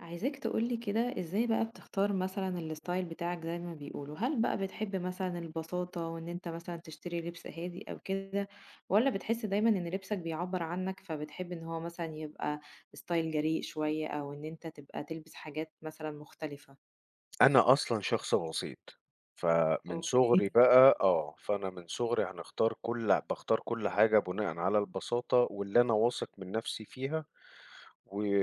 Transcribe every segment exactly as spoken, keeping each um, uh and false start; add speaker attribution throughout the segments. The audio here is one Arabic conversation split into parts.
Speaker 1: عايزاك تقولي كده، ازاي بقى بتختار مثلا الستايل بتاعك زي ما بيقولوا؟ هل بقى بتحب مثلا البساطة وان انت مثلا تشتري لبس هادي او كده، ولا بتحس دايما ان لبسك بيعبر عنك فبتحب ان هو مثلا يبقى ستايل جريء شوية، او ان انت تبقى تلبس حاجات مثلا مختلفة؟
Speaker 2: أنا أصلًا شخص بسيط، فمن
Speaker 1: اوكي.
Speaker 2: صغري بقى آه، فأنا من صغري هنختار كل باختار كل حاجة بناءً على البساطة واللي أنا واثق من نفسي فيها،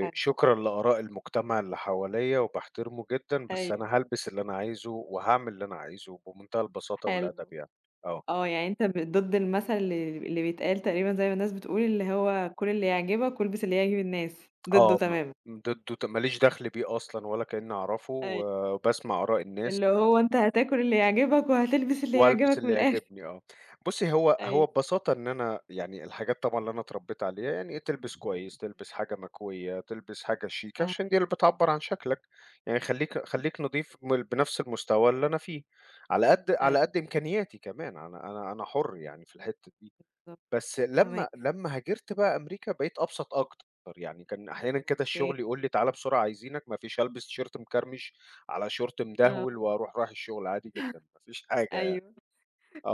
Speaker 1: حلو.
Speaker 2: لآراء المجتمع اللي حواليّا وباحترمه جدًا، بس
Speaker 1: ايوه.
Speaker 2: أنا هالبس اللي أنا عايزه وهاعمل اللي أنا عايزه بمنتهى البساطة والأدب
Speaker 1: حلو.
Speaker 2: يعني. آه،
Speaker 1: اه، يعني انت ب- ضد المثل اللي اللي بيتقال تقريبا، زي ما الناس بتقول اللي هو كل اللي يعجبك، والبس اللي يعجب الناس. ضده
Speaker 2: آه، ما
Speaker 1: تماما.
Speaker 2: ضده ت ما ليش دخل بيه أصلًا ولا كأني أعرفه، وباسمع آراء الناس.
Speaker 1: اللي هو أنت هتاكل اللي يعجبك وهتلبس اللي
Speaker 2: وألبس
Speaker 1: يعجبك
Speaker 2: اللي
Speaker 1: من الآخر.
Speaker 2: يعجبني آه. بُصّي، هو هو
Speaker 1: أيوه.
Speaker 2: ببساطة إن أنا يعني الحاجات طبعًا اللي أنا اتربيت عليها، يعني تلبس كويس،
Speaker 1: إمم.
Speaker 2: تلبس حاجة مكوية، تلبس حاجة شيك، عشان دي
Speaker 1: فاهماك،
Speaker 2: اللي بتعبّر عن شكلك. يعني خلّيك
Speaker 1: إمم،
Speaker 2: خلّيك نضيف م بنفس المستوى اللي أنا فيه، على قد على قد
Speaker 1: أيوه
Speaker 2: إمكانياتي كمان، أنا أنا أنا حُر يعني في الحتّة دي.
Speaker 1: بالضبط،
Speaker 2: بس لمّا
Speaker 1: فاهماك،
Speaker 2: لمّا هاجرت بقى أمريكا بقيت أبسط أكتر، يعني كان أحيانًا كده الشغل
Speaker 1: أوكي.
Speaker 2: يقول لي: "تعالَ بسرعة عايزينك." ما فيش هالبس تيشيرت مكرمش على شورت مدهول
Speaker 1: آه،
Speaker 2: وأروح رايح الشغل عادي جدًا، ما فيش حاجة.
Speaker 1: أيوه.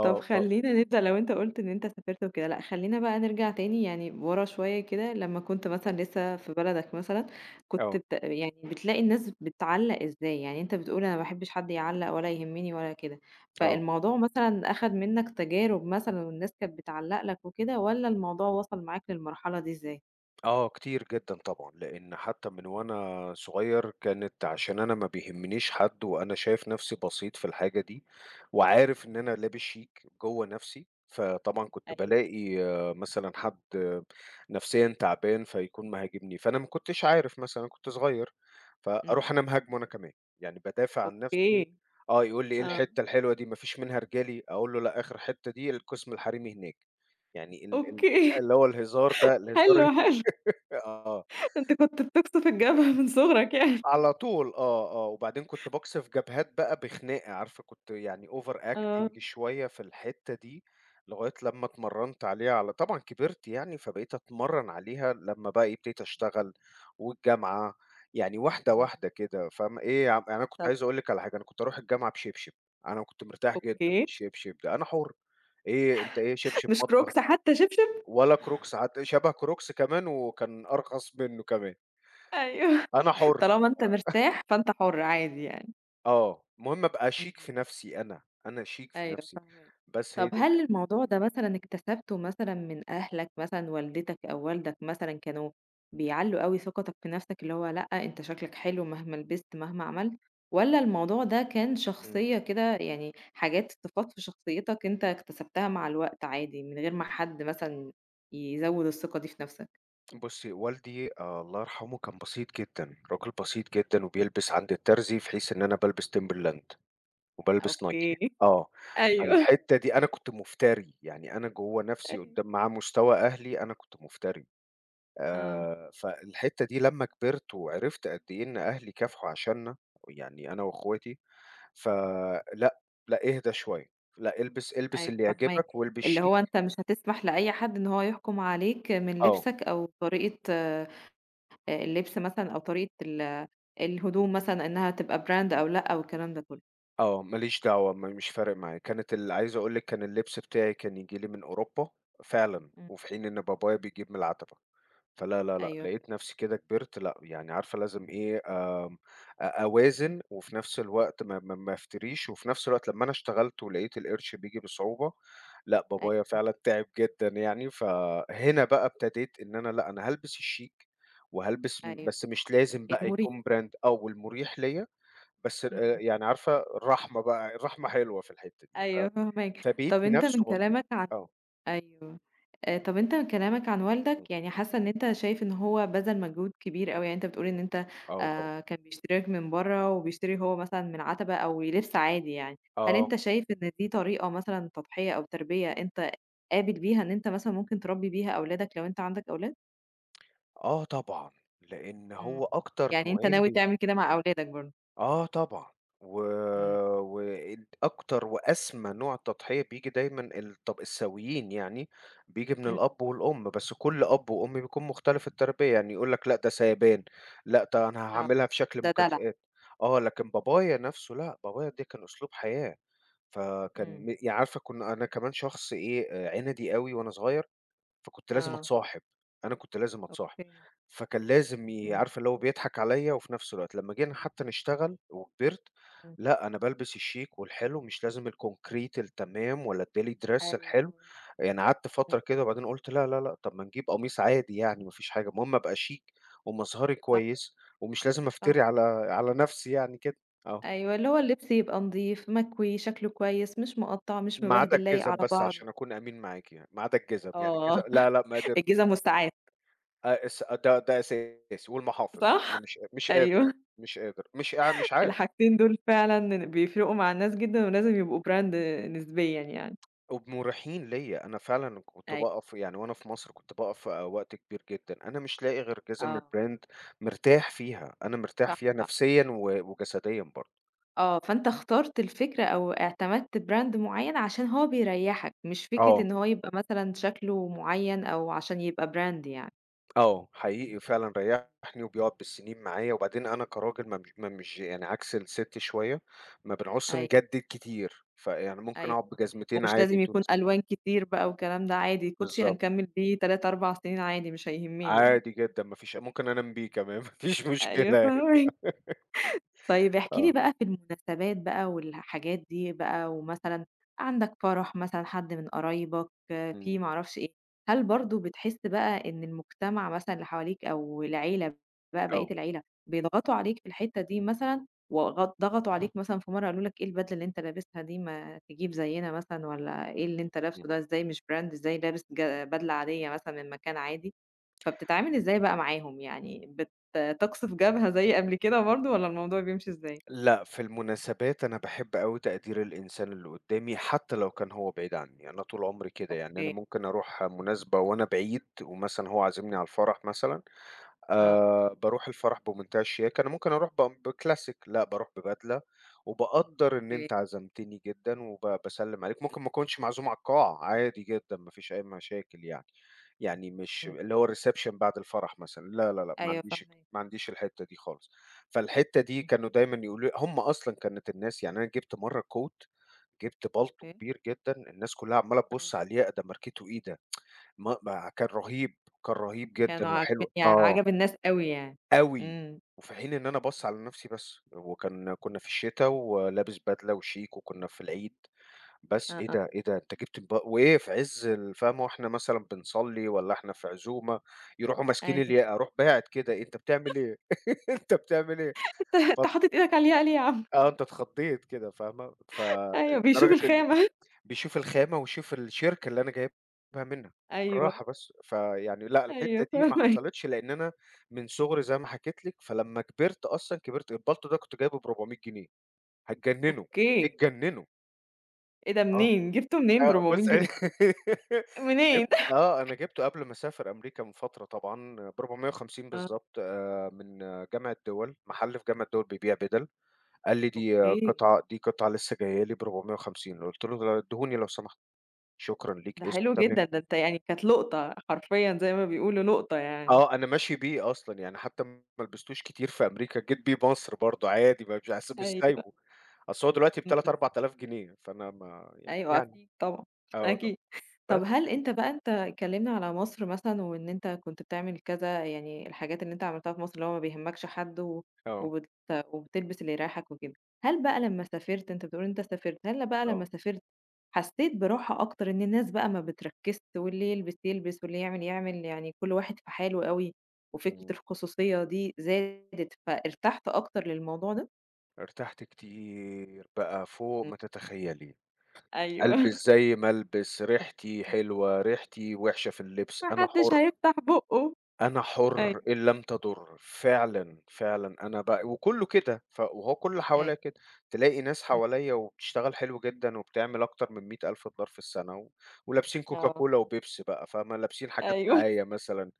Speaker 1: طب
Speaker 2: ف
Speaker 1: خلّينا نبدأ. لو أنت قُلت إن أنت سافرت وكده، لأ خلّينا بقى نرجع تاني يعني ورا شوية كده. لمّا كنت
Speaker 2: إمم،
Speaker 1: مثلًا لسه في بلدك مثلًا، كنت
Speaker 2: آه،
Speaker 1: بت يعني بتلاقي الناس بتعلّق إزاي؟ يعني أنت بتقول أنا ما باحبش حد يعلّق ولا يهمني ولا كده،
Speaker 2: آه.
Speaker 1: فالموضوع مثلًا أخد منك تجارب مثلًا والناس كانت بتعلّق لك وكده، والّا الموضوع وصل معاك للمرحلة دي إزاي؟
Speaker 2: آه، كتير جدًا طبعًا، لإن حتى من وأنا صغير كانت عشان أنا ما بيهمنيش حد وأنا شايف نفسي بسيط في الحاجة دي، وعارف إن أنا لابس شيك جوّه نفسي، فطبعًا كنت
Speaker 1: أيوه،
Speaker 2: بالاقي مثلًا حد آه، نفسيًا تعبان فيكون مهاجمني، فأنا ما كنتش عارف مثلًا أنا كنت صغير، فأروح
Speaker 1: إمم،
Speaker 2: أنا مهاجمه أنا كمان، يعني بادافع عن نفسي
Speaker 1: أوكي،
Speaker 2: آه، يقول لي: "إيه
Speaker 1: آه،
Speaker 2: الحتة الحلوة دي ما فيش منها رجالي؟" أقول له: "لأ، آخر حتة دي القسم الحريمي هناك." يعني ال ال
Speaker 1: أوكي.
Speaker 2: اللي هو الهزار ده الهزار
Speaker 1: حلو، حلو.
Speaker 2: آه،
Speaker 1: أنت كنت بتقصف الجبهة من صغرك يعني.
Speaker 2: على طول آه، آه، وبعدين كنت باقصف جبهات بقى بخناقة، عارفة كنت يعني over
Speaker 1: آه،
Speaker 2: acting شوية في الحتّة دي، لغاية لمّا اتمرّنت عليها على طبعًا كبرت يعني، فبقيت أتمرّن عليها لمّا بقى إيه، ابتديت أشتغل والجامعة، يعني واحدة،
Speaker 1: إمم.
Speaker 2: واحدة كده فاهمة، إيه يا عم يعني أنا كنت
Speaker 1: طب
Speaker 2: عايز أقول لِك على حاجة، أنا كنت أروح الجامعة بشبشب، أنا كنت مرتاح جدًا
Speaker 1: أوكي،
Speaker 2: بالشبشب ده، أنا حُر، إيه أنت إيه شبشب
Speaker 1: مش
Speaker 2: مطبخ
Speaker 1: Crocs حتى شبشب؟
Speaker 2: ولا كروكس، حتى شبه كروكس كمان وكان أرخص منّه كمان،
Speaker 1: أيوه،
Speaker 2: أنا حُر.
Speaker 1: طالما أنت مرتاح فأنت حُر عادي يعني.
Speaker 2: آه، المهم أبقى
Speaker 1: إمم،
Speaker 2: شيك
Speaker 1: إمم.
Speaker 2: في نَفْسي أنا، أنا شيك في
Speaker 1: أيوه
Speaker 2: نَفْسي،
Speaker 1: فاهماك.
Speaker 2: بس هي
Speaker 1: طب
Speaker 2: دي
Speaker 1: هل
Speaker 2: الحتّة.
Speaker 1: الموضوع ده مثلًا اكتسبته مثلًا من أهلك؟ مثلًا والدتك أو والدك مثلًا كانوا بيعلّوا أوي ثقتك في نَفْسك، اللي هو لأ، أنت شكلك حلو مهما لبست مهما عملت، والّا الموضوع ده كان
Speaker 2: إمم،
Speaker 1: شخصية كده؟ يعني حاجات صفات في شخصيتك أنت اكتسبتها مع الوقت عادي من غير ما حد مثلًا يزوّد الثقة دي في نَفْسك؟
Speaker 2: بُصّي والدي آآ الله يرحمه كان بسيط جدًا، راجل
Speaker 1: إمم،
Speaker 2: بسيط جدًا وبيلبس عند الترزي في حيث إن أنا بالبس Timberland وبالبس Nike
Speaker 1: أوكي.
Speaker 2: آه،
Speaker 1: أيوه،
Speaker 2: فالحتّة دي أنا كنت مفتري، يعني أنا جوّه نَفْسي
Speaker 1: أيوه.
Speaker 2: قدّام مع مستوى أهلي أنا كنت مفتري،
Speaker 1: آه.
Speaker 2: آآ فالحتّة دي لمّا كبرت وعرفت قد إيه إن أهلي كافحوا عشاننا، يعني أنا وأخواتي فلأ، لأ اهدى شوية، لأ البس البس
Speaker 1: أيوه
Speaker 2: اللي
Speaker 1: فاهماك،
Speaker 2: يعجبك والبس
Speaker 1: اللي هو
Speaker 2: شيك
Speaker 1: أنت مش هتسمح لأي حد إن هو يحكم عليك من
Speaker 2: آه،
Speaker 1: لبسك، أو طريقة آآ اللبس مثلًا، أو طريقة ال الهدوم مثلًا، إنها تبقى brand أو لأ والكلام ده كله.
Speaker 2: آه، ما ليش دعوة م مش فارق معايا، كانت ال عايز أقول لِك كان اللبس بتاعي كان ييجي لي من أوروبا فعلًا،
Speaker 1: إمم،
Speaker 2: وفي حين إن بابايا بيجيب من العتبة. فلا، لا، لأ،
Speaker 1: أيوه،
Speaker 2: لقيت نفسي كده كبرت لأ، يعني عارفة لازم إيه، آمم، أ
Speaker 1: إمم،
Speaker 2: أوازن وفي نفس الوقت ما ما ما أفتريش، وفي نفس الوقت لمّا أنا اشتغلت ولقيت القرش بييجي بصعوبة، لأ، بابايا
Speaker 1: أيوه،
Speaker 2: فعلًا تعب جدًا يعني، فهنا بقى ابتديت إن أنا لأ، أنا هالبس الشيك وهالبس م
Speaker 1: أيوه،
Speaker 2: بس مش لازم بقى
Speaker 1: المُريح،
Speaker 2: يكون brand آه، والمريح ليّا، بس آآ،
Speaker 1: إمم،
Speaker 2: يعني عارفة الرحمة بقى، الرحمة حلوة في الحتة دي، ف
Speaker 1: أيوه فاهماك. طَب
Speaker 2: فبيتي
Speaker 1: أنت من
Speaker 2: نفسه بسيط.
Speaker 1: كلامك عن،
Speaker 2: آه،
Speaker 1: أيوه. آآ طَب أنت كلامك عن
Speaker 2: إمم،
Speaker 1: والدك، يعني حاسّة إن أنت شايف إن هو بَذَل مجهود كبير أوي. يعني أنت بتقول إن أنت
Speaker 2: آه طبعًا،
Speaker 1: آآ كان بيشتري لك من برّه وبيشتري هو مثلًا من عَتَبة أو لِبْس عادي يعني، هل أنت
Speaker 2: آه.
Speaker 1: شايف إن دي طريقة مثلًا تضحية أو تربية أنت قابل بيها إن أنت مثلًا ممكن تربّي بيها أولادك لو أنت عندك أولاد؟
Speaker 2: آه طبعًا، لإن
Speaker 1: إمم.
Speaker 2: هو أكتر
Speaker 1: يعني أنت
Speaker 2: نوعين
Speaker 1: ناوي
Speaker 2: بي
Speaker 1: تعمل كده مع أولادك برضه.
Speaker 2: آه طبعًا، و
Speaker 1: إمم،
Speaker 2: وال أكتر وأسمى نوع تضحية بييجي دايمًا الطب السويين يعني، بييجي من
Speaker 1: إمم،
Speaker 2: الأب والأم، بس كل أب وأم بيكون مختلف التربية، يعني يقول لك لأ ده سايبان، لأ ده أنا
Speaker 1: آه.
Speaker 2: هاعاملها في شكل
Speaker 1: ده دلع.
Speaker 2: مكافآت، آه لكن بابايا نفسه لأ، بابايا ده كان أسلوب حياة، فكان
Speaker 1: إمم،
Speaker 2: م يعني عارفة كنا أنا كمان شخص إيه آآ عِنَدي أوي وأنا صغير. فكنت لازم
Speaker 1: آه،
Speaker 2: أتصاحب، أنا كنت لازم أتصاحب،
Speaker 1: أوكي.
Speaker 2: فكان لازم ي
Speaker 1: إمم،
Speaker 2: عارفة اللي هو بيضحك عليّا وفي نفس الوقت لمّا جينا حتى نشتغل وكبرت،
Speaker 1: إمم.
Speaker 2: لأ أنا بالبس الشيك والحلو مش لازم الكونكريت التمام ولا الdaily dress
Speaker 1: أيوه
Speaker 2: الحلو،
Speaker 1: فاهماك.
Speaker 2: يعني قعدت
Speaker 1: إمم،
Speaker 2: فترة كده وبعدين قُلت لا، لا، لأ، طب ما نجيب قميص عادي يعني ما فيش حاجة، المهم أبقى شيك ومظهري
Speaker 1: صح،
Speaker 2: كويس ومش لازم
Speaker 1: صح.
Speaker 2: أفتري على على نفسي يعني كده، آه،
Speaker 1: أيوه، اللي هو اللبس يبقى نضيف، مكوي، شكله كويس، مش مقطّع، مش
Speaker 2: ما عدا
Speaker 1: مبهدل، لايق
Speaker 2: الجزم
Speaker 1: على
Speaker 2: بس
Speaker 1: بعضه.
Speaker 2: عشان أكون أمين معاكِ يعني، ما عدا الجزم، يعني الجزم
Speaker 1: آه.
Speaker 2: لا، لأ ما قدرتش.
Speaker 1: الجِزم والساعات.
Speaker 2: آآ اس آه، ده ده أساس والمحافظ، أنا
Speaker 1: صح؟
Speaker 2: مش مش قادر،
Speaker 1: أيوه،
Speaker 2: مش قادر، مش قا مش عارف،
Speaker 1: الحاجتين دول فعلًا بيفرقوا مع الناس جدًا ولازم يبقوا brand نسبيًا يعني.
Speaker 2: ومُريحين ليّا، أنا فعلًا كنت
Speaker 1: أيوه،
Speaker 2: باقف يعني وأنا في مصر كنت باقف آه، وقت كبير جدًا، أنا مش لاقي غير جزم
Speaker 1: آه،
Speaker 2: الbrand مرتاح فيها، أنا مرتاح
Speaker 1: صح،
Speaker 2: فيها
Speaker 1: صح.
Speaker 2: نفسيًا و وجسديًا برضه.
Speaker 1: آه، فأنت اخترت الفكرة أو اعتمدت brand معيّن عشان هو بيريّحك، مش فكرة
Speaker 2: آه،
Speaker 1: إن هو يبقى مثلًا شكله معيّن أو عشان يبقى brand يعني.
Speaker 2: آه، حقيقي فعلًا ريّحني وبيقعد بالسنين معايا، وبعدين أنا كراجل ما مش ما مش يعني عكس الست شوية، ما بنعوزش
Speaker 1: أيوه.
Speaker 2: نجدد كتير، فيعني ممكن
Speaker 1: أيوه
Speaker 2: أقعد
Speaker 1: فاهماك،
Speaker 2: بجزمتين
Speaker 1: ومش
Speaker 2: عادي
Speaker 1: لازم
Speaker 2: طول
Speaker 1: يكون
Speaker 2: السنة.
Speaker 1: ألوان كتير بقى والكلام ده عادي، كوتشي
Speaker 2: بالضبط.
Speaker 1: هنكمّل بيه تلات، أربع سنين عادي مش هيهمني يعني.
Speaker 2: عادي جدًا ما فيش ممكن أنام بيه كمان ما فيش
Speaker 1: أيوه
Speaker 2: مشكلة يعني
Speaker 1: فاهماك. طيب احكِ لي
Speaker 2: آه،
Speaker 1: بقى في المناسبات بقى والحاجات دي بقى، ومثلًا عندك فرح مثلًا حد من قرايبك، آه،
Speaker 2: إمم،
Speaker 1: في ما أعرفش إيه، هل برضه بتحس بقى إن المجتمع مثلًا اللي حواليك أو العيلة بقى،
Speaker 2: آه،
Speaker 1: بقية العيلة، بيضغطوا عليك في الحتّة دي مثلًا، وغ ضغطوا عليك مثلًا في مرّة قالوا لك إيه البدلة اللي أنت لابسها دي ما تجيب زينا مثلًا، والّا إيه اللي أنت
Speaker 2: إمم.
Speaker 1: لابسه ده إزاي مش brand، إزاي لابس ج بدلة عادية مثلًا من مكان عادي، فبتتعامل إزاي بقى معاهم؟ يعني بت ت تقصف جبهة زي قبل كده برضه والّا الموضوع بيمشي إزاي؟
Speaker 2: لأ، في المناسبات أنا باحب أوي تقدير الإنسان اللي قدّامي حتى لو كان هو بعيد عني، أنا طول عمري كده، يعني أنا
Speaker 1: أوكي،
Speaker 2: ممكن أروح مناسبة وأنا بعيد ومثلًا هو عازمني على الفرح مثلًا
Speaker 1: آه،
Speaker 2: آآ باروح الفرح بمنتهى الشياكة، أنا ممكن أروح ب بكلاسيك، لأ باروح ببدلة، وباقدّر إن أنت
Speaker 1: أوكي،
Speaker 2: عزمتني جدًا وب باسلّم عليك، ممكن ما أكونش معزوم على القاعة عادي جدًا، ما فيش أي مشاكل يعني، يعني مش
Speaker 1: إمم،
Speaker 2: اللي هو الreception بعد الفرح مثلًا، لا، لا، لأ، ما
Speaker 1: أيوه
Speaker 2: عنديش
Speaker 1: فاهماكِ،
Speaker 2: ما عنديش الحتّة دي خالص، فالحتّة دي
Speaker 1: إمم،
Speaker 2: كانوا دايمًا يقولوا لي هم أصلًا كانت الناس يعني أنا جِبت مرّه coat جِبت بالطو
Speaker 1: أوكي،
Speaker 2: كبير جدًا، الناس كلّها عمّالة
Speaker 1: آه،
Speaker 2: تبُص عليه، أ ده ماركته إيه ده؟ ما ما كان رهيب، كان رهيب جدًا
Speaker 1: كانوا عاجب،
Speaker 2: وحلو
Speaker 1: يعني
Speaker 2: آه.
Speaker 1: عجب الناس أوي يعني.
Speaker 2: أوي،
Speaker 1: إمم،
Speaker 2: وفي حين إن أنا باصّ
Speaker 1: إمم،
Speaker 2: على نَفْسي بس، وكان كُنّا في الشتا ولابس بدلة وشيك وكُنّا في العيد، بس
Speaker 1: آه،
Speaker 2: إيه
Speaker 1: آه،
Speaker 2: ده، إيه ده أنت جِبت موب وإيه في عِز ال فاهمة وإحنا مثلًا بنصلّي والّا إحنا في عزومة، يروحوا ماسكين
Speaker 1: أيوه،
Speaker 2: الياقة، أروح باعت كده إيه أنت بتعمل إيه، أنت بتعمل إيه،
Speaker 1: أنت
Speaker 2: ف
Speaker 1: أنت حاطط إيدك على الياقة ليه يا عم؟
Speaker 2: آه أنت اتخضّيت كده فاهمة، ف
Speaker 1: أيوه بيشوف
Speaker 2: لدرجة إن
Speaker 1: الخامة،
Speaker 2: بيشوف الخامة ويشوف الشركة اللي أنا جايبها منها،
Speaker 1: أيوه،
Speaker 2: بالراحة بس. فيعني لأ،
Speaker 1: أيوه
Speaker 2: الحتّة دي ما
Speaker 1: فاهماكِ،
Speaker 2: حصلتش لإن أنا من صغري زي ما حكيت لِك، فلمّا كبرت أصلًا كبرت البالطو ده كنت جايبه بأربعمئة جنيه، هتجننوا،
Speaker 1: أوكي،
Speaker 2: اتجننوا.
Speaker 1: إيه ده
Speaker 2: آه،
Speaker 1: منين؟ جبته منين
Speaker 2: آه بُص
Speaker 1: بأربعمية جنيه؟
Speaker 2: جبت
Speaker 1: منين؟
Speaker 2: آه، أنا جبته قبل ما أسافر أمريكا من فترة طبعًا بأربعمئة وخمسين
Speaker 1: آه،
Speaker 2: بالضبط آآ، من جامعة دِوَل، محل في جامعة دِوَل بيبيع بدَل، قال لي: "دي
Speaker 1: أوكي،
Speaker 2: قطعة دي قطعة لسه جاية لي بأربعمئة وخمسين" قُلت له: "ادّيهوني لو سمحت." "شكرًا ليك،
Speaker 1: ده
Speaker 2: اسمه"
Speaker 1: حلو جدًا، ده أنت يعني كانت لقطة حرفيًا زي ما بيقولوا لقطة يعني.
Speaker 2: آه، أنا ماشي بيه أصلًا، يعني حتى ما لبستوش كتير في أمريكا، جيت بيه مصر برضه عادي ما مش عس مش
Speaker 1: أيوه،
Speaker 2: سايبه، أصل هو دلوقتي
Speaker 1: إمم،
Speaker 2: ب3،
Speaker 1: إمم.
Speaker 2: 4000 جنيه، فأنا ما ي
Speaker 1: أيوه
Speaker 2: يعني
Speaker 1: أكيد طبعًا،
Speaker 2: آه طبعًا،
Speaker 1: أكيد.
Speaker 2: بس
Speaker 1: طب هل أنت بقى، أنت اتكلّمنا على مصر مثلًا وإن أنت كنت بتعمل كذا، يعني الحاجات اللي أنت عملتها في مصر اللي هو ما بيهمكش حد و
Speaker 2: آه،
Speaker 1: وبت وبتلبس اللي يريّحك وكده، هل بقى لمّا سافرت، أنت بتقول أنت سافرت، هل بقى لمّا
Speaker 2: آه،
Speaker 1: سافرت حسّيت براحة أكتر إن الناس بقى ما بتركّزش واللي يلبس يلبس واللي يعمل يعمل، يعني كل واحد في حاله أوي وفكرة
Speaker 2: إمم،
Speaker 1: الخصوصية دي زادت فارتحت أكتر للموضوع ده؟
Speaker 2: ارتحت كتير بقى فوق
Speaker 1: إمم.
Speaker 2: ما تتخيلي،
Speaker 1: أيوه.
Speaker 2: ألبس زي ما ألبس، ريحتي حلوة، ريحتي وحشة في اللبس،
Speaker 1: ما
Speaker 2: أنا
Speaker 1: حدّش
Speaker 2: حُر.
Speaker 1: هيفتح بُقّه.
Speaker 2: أنا حُر
Speaker 1: أيوه.
Speaker 2: إن لم تضُر، فعلًا، فعلًا أنا ب وكُلّه كده، ف وهو كُلّ اللي
Speaker 1: أيوه،
Speaker 2: حواليّا كده، تلاقي ناس
Speaker 1: إمم.
Speaker 2: حواليّا وبتشتغل حلو جدًا وبتعمل أكتر من مائة ألف دولار في السَنة و ولابسين Coca
Speaker 1: آه،
Speaker 2: Cola وبيبسي بقى فاهمة، لابسين حاجات
Speaker 1: أيوه.
Speaker 2: دعاية مثلًا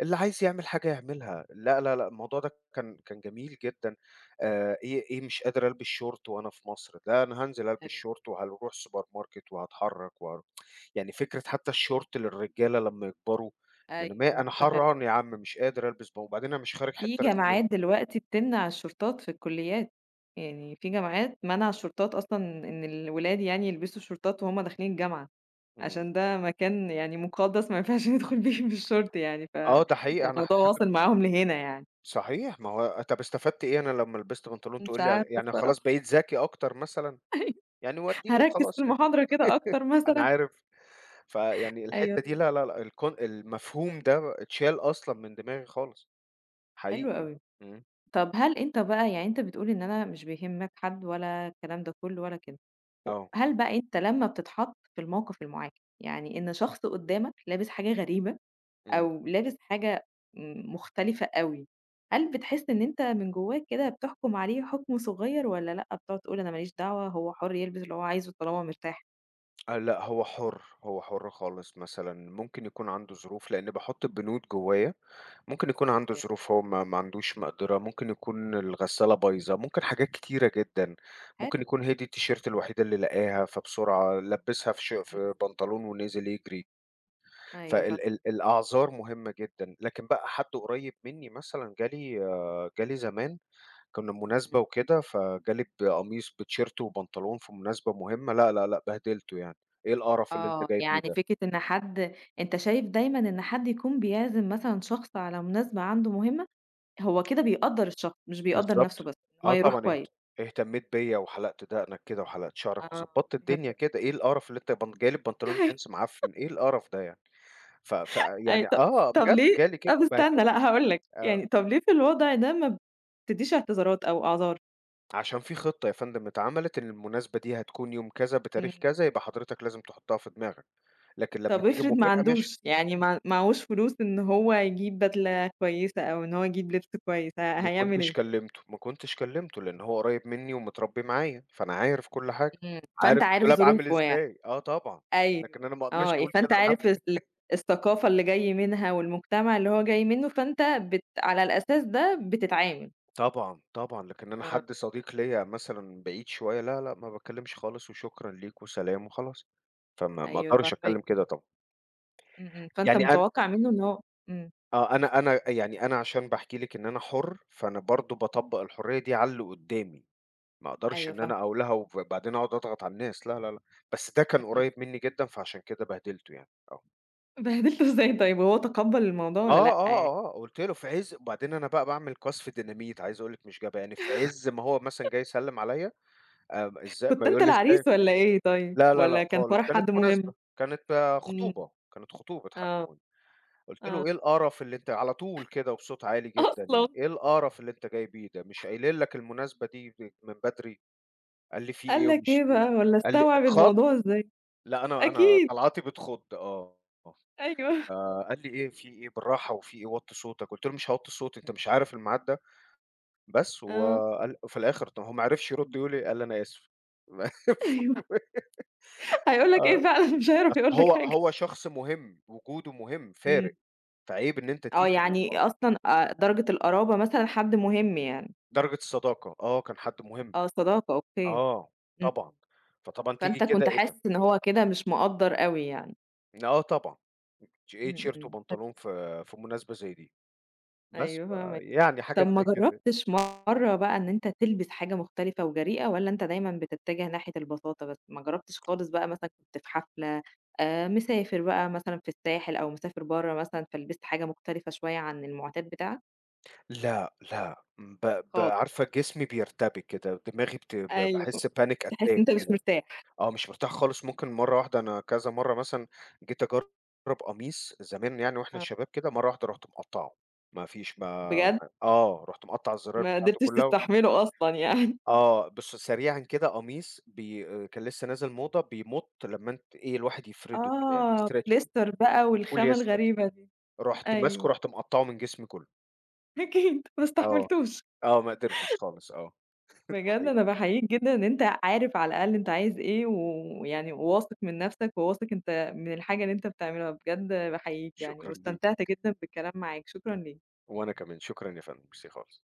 Speaker 2: اللي عايز يعمل حاجة يعملها، لا، لا، لأ، الموضوع ده كان كان جميل جدًا، آآ إيه إيه مش قادر ألبس شورت وأنا في مصر، لا أنا هانزل ألبس
Speaker 1: أيوه،
Speaker 2: شورت وهاروح سوبر ماركت وهاتحرك وهاروح يعني فكرة حتى الشورت للرجالة لمّا يكبروا، يعني ما
Speaker 1: أيوه،
Speaker 2: أنا حران
Speaker 1: متخيّلة.
Speaker 2: يا عم مش قادر ألبس ب وبعدين أنا مش خارج
Speaker 1: في
Speaker 2: حتة
Speaker 1: جامعات
Speaker 2: رسمية.
Speaker 1: دلوقتي بتمنع الشورتات في الكُلّيات، يعني في جامعات مانعة الشورتات أصلًا إن الولاد يعني يلبسوا شورتات وهُم داخلين الجامعة،
Speaker 2: إمم.
Speaker 1: عشان ده مكان يعني مُقدّس ما ينفعش ندخل بيه بالشورت يعني،
Speaker 2: آه ده حقيقي أنا
Speaker 1: فالموضوع
Speaker 2: هاجر
Speaker 1: واصل معاهم لهنا يعني.
Speaker 2: صحيح، ما هو طب استفدت إيه أنا لمّا لبست بنطلون
Speaker 1: مش
Speaker 2: تقول لي
Speaker 1: عارفة
Speaker 2: يعني خلاص
Speaker 1: الصراحة.
Speaker 2: بقيت ذكي أكتر مثلًا، يعني ودّيني
Speaker 1: هاركّز في
Speaker 2: وخلاص يعني.
Speaker 1: المحاضرة كده أكتر
Speaker 2: أنا
Speaker 1: مثلًا.
Speaker 2: عارف، فيعني
Speaker 1: أيوه
Speaker 2: الحتّة دي
Speaker 1: إمم،
Speaker 2: لا، لا، لأ، الكون المفهوم ده اتشال أصلًا من دماغي خالص،
Speaker 1: حلو
Speaker 2: حقيقي،
Speaker 1: أوي.
Speaker 2: إمم،
Speaker 1: طَب هل أنت بقى، يعني أنت بتقول إن أنا مش بيهمك حد ولا الكلام ده كُلّه ولا كده،
Speaker 2: آه،
Speaker 1: هل بقى أنت لمّا بتتحط في الموقف المعاكس، يعني إن شخص قدّامك لابس حاجة غريبة
Speaker 2: إمم،
Speaker 1: أو لابس حاجة م مختلفة أوي، هل بتحس إن أنت من جواك كده بتحكم عليه حكم صغير، والّا لأ، بتقعد تقول أنا ما ليش دعوة هو حُر يلبس اللي هو عايزه طالما مرتاح؟
Speaker 2: آه، لأ هو حُر، هو حُر خالص مثلًا، ممكن يكون عنده ظروف لإن باحُط البنود جوّايا، ممكن يكون عنده ظروف هو ما ما عندوش مقدرة، ممكن يكون الغسالة بايظة، ممكن حاجات كتيرة جدًا، ممكن
Speaker 1: حلو،
Speaker 2: يكون هي دي التيشيرت الوحيدة اللي لقاها، فبسرعة لبّسها في ش
Speaker 1: إمم،
Speaker 2: في بنطلون ونزل يجري.
Speaker 1: أيوه
Speaker 2: فال ال
Speaker 1: فاهماك،
Speaker 2: الأعذار مهمة جدًا، لكن بقى حد قريب مني مثلًا جالي آه، جالي زمان كنا بمناسبة
Speaker 1: إمم،
Speaker 2: وكده، فجالي بقميص بتيشيرت وبنطلون في مناسبة مهمة، لأ، لأ، لأ، بهدلته يعني، إيه القرف اللي
Speaker 1: آه،
Speaker 2: أنت جاي بيه
Speaker 1: يعني
Speaker 2: ده؟
Speaker 1: فكرة إن حد، أنت شايف دايمًا إن حد يكون بيعزم مثلًا شخص على مناسبة عنده مهمة، هو كده بيقدّر الشخص مش بيقدّر نَفْسه
Speaker 2: بالضبط،
Speaker 1: بس، إن هو
Speaker 2: آه
Speaker 1: يروح
Speaker 2: طبعًا اهت
Speaker 1: كويس.
Speaker 2: اهتميت بيّا وحلقت دقنك كده وحلقت شعرك
Speaker 1: آه،
Speaker 2: وضبطت الدنيا
Speaker 1: فهمت.
Speaker 2: كده، إيه القرف اللي أنت بن جاي لي ببنطلون جينز معفن، إيه القرف ده يعني؟ ف ف
Speaker 1: أي
Speaker 2: يعني
Speaker 1: طب
Speaker 2: آه
Speaker 1: طب
Speaker 2: بجد
Speaker 1: ليه
Speaker 2: جالي كده
Speaker 1: طب
Speaker 2: بهدل
Speaker 1: استنى لأ هاقول لك،
Speaker 2: آه.
Speaker 1: يعني طب ليه في الوضع ده ما بتدّيش اعتذارات أو أعذار؟
Speaker 2: عشان في خطة يا فندم اتعملت إن المناسبة دي هتكون يوم كذا بتاريخ
Speaker 1: إمم.
Speaker 2: كذا، يبقى حضرتك لازم تحطها في دماغك، لكن لمّا
Speaker 1: طب
Speaker 2: تيجي
Speaker 1: افرض ما
Speaker 2: مفاجأة ماشي،
Speaker 1: عندوش، يعني ما معهوش فلوس إن هو يجيب بدلة كويسة أو إن هو يجيب لبس كويس، ه
Speaker 2: ما
Speaker 1: هيعمل
Speaker 2: كنتش
Speaker 1: إيه؟
Speaker 2: كلمته، ما كنتش كلمته لأن هو قريب مني ومتربي معايا، فأنا عارف كل حاجة،
Speaker 1: إمم، فأنت
Speaker 2: عارف
Speaker 1: عارف
Speaker 2: الدولاب عامل
Speaker 1: ظروفه يعني.
Speaker 2: إزاي، آه طبعًا، لكن
Speaker 1: أيوه،
Speaker 2: أنا ما اقدرش
Speaker 1: آه، إيه،
Speaker 2: أقول كده
Speaker 1: فأنت
Speaker 2: لحد
Speaker 1: عارف ال الثقافة اللي جاي منها والمجتمع اللي هو جاي منه، فأنت بت على الأساس ده بتتعامل.
Speaker 2: طبعًا، طبعًا، لكن أنا
Speaker 1: آه.
Speaker 2: حد صديق ليّا مثلًا بعيد شوية، لا، لأ، ما باتكلمش خالص وشكرًا ليك وسلام وخلاص، فما ما
Speaker 1: أيوه
Speaker 2: اقدرش
Speaker 1: فاهماك،
Speaker 2: أتكلم كده طبعًا،
Speaker 1: إمم، إمم، فأنت
Speaker 2: يعني أنا
Speaker 1: متوقع منه إن هو، إمم،
Speaker 2: آه، أنا أنا يعني أنا عشان باحكي لِك إن أنا حُر، فأنا برضه
Speaker 1: إمم.
Speaker 2: باطبّق الحرية دي على اللي قُدّامي، ما أقدرش
Speaker 1: أيوه
Speaker 2: إن أنا
Speaker 1: فاهماك.
Speaker 2: أقول لها وبعدين أقعد أضغط على الناس، لا، لا، لأ، بس ده كان
Speaker 1: إمم، إمم.
Speaker 2: قريّب منّي جدًا، فعشان كده بهدلته يعني، آه.
Speaker 1: بهدلته إزاي طيب، وهو تقبّل الموضوع والّا
Speaker 2: آه،
Speaker 1: لأ
Speaker 2: آه،
Speaker 1: يعني؟
Speaker 2: آه، قُلت له في عِز وبعدين أنا بقى باعمل قَذف ديناميت عايز أقول لِك مش جبهة، يعني في عِز ما هو مثلًا جاي يسلِّم عليّا، آمم، إزاي
Speaker 1: كنت
Speaker 2: ما
Speaker 1: أنت
Speaker 2: يقول لي: "إزاي"
Speaker 1: العريس والّا إيه طيب،
Speaker 2: لا، لا،
Speaker 1: والّا
Speaker 2: لأ
Speaker 1: كان
Speaker 2: خالص،
Speaker 1: فرح
Speaker 2: كانت
Speaker 1: حد مهم؟
Speaker 2: مناسبة، كانت آه،
Speaker 1: إمم،
Speaker 2: خطوبة، كانت خطوبة حد
Speaker 1: آه،
Speaker 2: مهم. قُلت
Speaker 1: آه.
Speaker 2: له: "إيه القرف اللي أنت" على طول كده وبصوت عالي جدًا
Speaker 1: أصلًا!
Speaker 2: يعني، "إيه القرف اللي أنت جاي بيه ده، مش قايلين لك المناسبة دي ب من بدري؟" قال لي: "في
Speaker 1: قال
Speaker 2: إيه
Speaker 1: لك
Speaker 2: ومش
Speaker 1: إيه
Speaker 2: في إيه؟"
Speaker 1: بقى والّا
Speaker 2: قال لي:
Speaker 1: استوعب
Speaker 2: "اتخض؟"
Speaker 1: الموضوع إزاي؟
Speaker 2: لأ أنا أنا
Speaker 1: أكيد،
Speaker 2: طلعاتي بتخض آه،
Speaker 1: أيوه،
Speaker 2: فقال لي: "إيه في إيه بالراحة وفي إيه وطّي صوتك." قُلت له: "مش هاوطّي صوتي أنت مش عارف الميعاد ده؟" بس
Speaker 1: آه،
Speaker 2: وقال وفي الآخر طب هو ما عرفش يرد يقول إيه، قال لي: "أنا آسف."
Speaker 1: أيوه، هيقول لك إيه
Speaker 2: آه،
Speaker 1: فعلًا، مش هيعرف
Speaker 2: أصل
Speaker 1: يقول لك
Speaker 2: هو
Speaker 1: حاجة.
Speaker 2: هو شخص مهم، وجوده مهم
Speaker 1: إمم،
Speaker 2: فارق، فعيب إن أنت
Speaker 1: آه،
Speaker 2: تيجي و
Speaker 1: يعني
Speaker 2: آه،
Speaker 1: أصلًا آآ درجة القرابة مثلًا حد مهم يعني.
Speaker 2: درجة الصداقة، آه كان حد مهم.
Speaker 1: آه، صداقة أوكي، إمم،
Speaker 2: آه، طبعًا.
Speaker 1: إمم،
Speaker 2: فطبعًا تيجي
Speaker 1: فأنت
Speaker 2: كده
Speaker 1: كنت
Speaker 2: إيه ده!
Speaker 1: حاسس إن هو كده مش مقدّر أوي يعني.
Speaker 2: آه طبعًا. ش إيه
Speaker 1: إمم،
Speaker 2: تيشيرت
Speaker 1: إمم، حلو،
Speaker 2: وبنطلون في في مناسبة زي دي. بس،
Speaker 1: أيوه فاهمة.
Speaker 2: فيعني حاجات
Speaker 1: طب ما
Speaker 2: زي كده.
Speaker 1: جرّبتش مرّة بقى إن أنت تلبس حاجة مختلفة وجريئة، والّا أنت دايمًا بتتجه ناحية البساطة بس؟ ما جرّبتش خالص بقى، مثلًا كنت في حفلة، آآ مسافر بقى مثلًا في الساحل أو مسافر برّه مثلًا فلبست حاجة مختلفة شوية عن المُعتاد بتاعك؟
Speaker 2: لأ، لأ، ب ب
Speaker 1: خالص.
Speaker 2: عارفة جسمي بيرتبك كده، دماغي بت ب
Speaker 1: أيوه.
Speaker 2: باحس panic
Speaker 1: تحس إن
Speaker 2: attack
Speaker 1: أنت مش
Speaker 2: كده.
Speaker 1: مرتاح.
Speaker 2: آه، مش مرتاح خالص، ممكن مرّة واحدة أنا كذا مرّة مثلًا جيت أجرّب قميص زمان يعني وإحنا
Speaker 1: آه.
Speaker 2: شباب كده، مرّة واحدة رُحت مقطّعه، ما فيش ما
Speaker 1: بجد؟
Speaker 2: ما آه، رُحت مقطّع الزراير
Speaker 1: ما
Speaker 2: بتاعته
Speaker 1: قدرتش
Speaker 2: كلها
Speaker 1: تستحمله أصلًا يعني.
Speaker 2: آه، بُص سريعًا كده قميص بي آآ، كان لسه نازل موضة بيمُط لمّا أنت إيه الواحد يفرده كده يعني
Speaker 1: آه،
Speaker 2: stretching
Speaker 1: بوليستر بقى والخامة
Speaker 2: بوليستر،
Speaker 1: الغريبة دي.
Speaker 2: رُحت ماسكه
Speaker 1: أيوه.
Speaker 2: رُحت مقطّعه من جسمي كله.
Speaker 1: أكيد، ما
Speaker 2: آه،
Speaker 1: استحملتوش.
Speaker 2: آه، ما قدرتش خالص آه،
Speaker 1: بجد
Speaker 2: الحقيقة
Speaker 1: أنا باحييك جدًا إن أنت عارف على الأقل أنت عايز إيه، ويعني واثق من نفسك، وواثق أنت من الحاجة اللي أنت بتعملها، بجد باحييك يعني،
Speaker 2: شكرًا ليك،
Speaker 1: واستمتعت جدًا بالكلام معاك، شكرًا ليك.
Speaker 2: وأنا كمان شكرًا يا فندم، ميرسي خالص.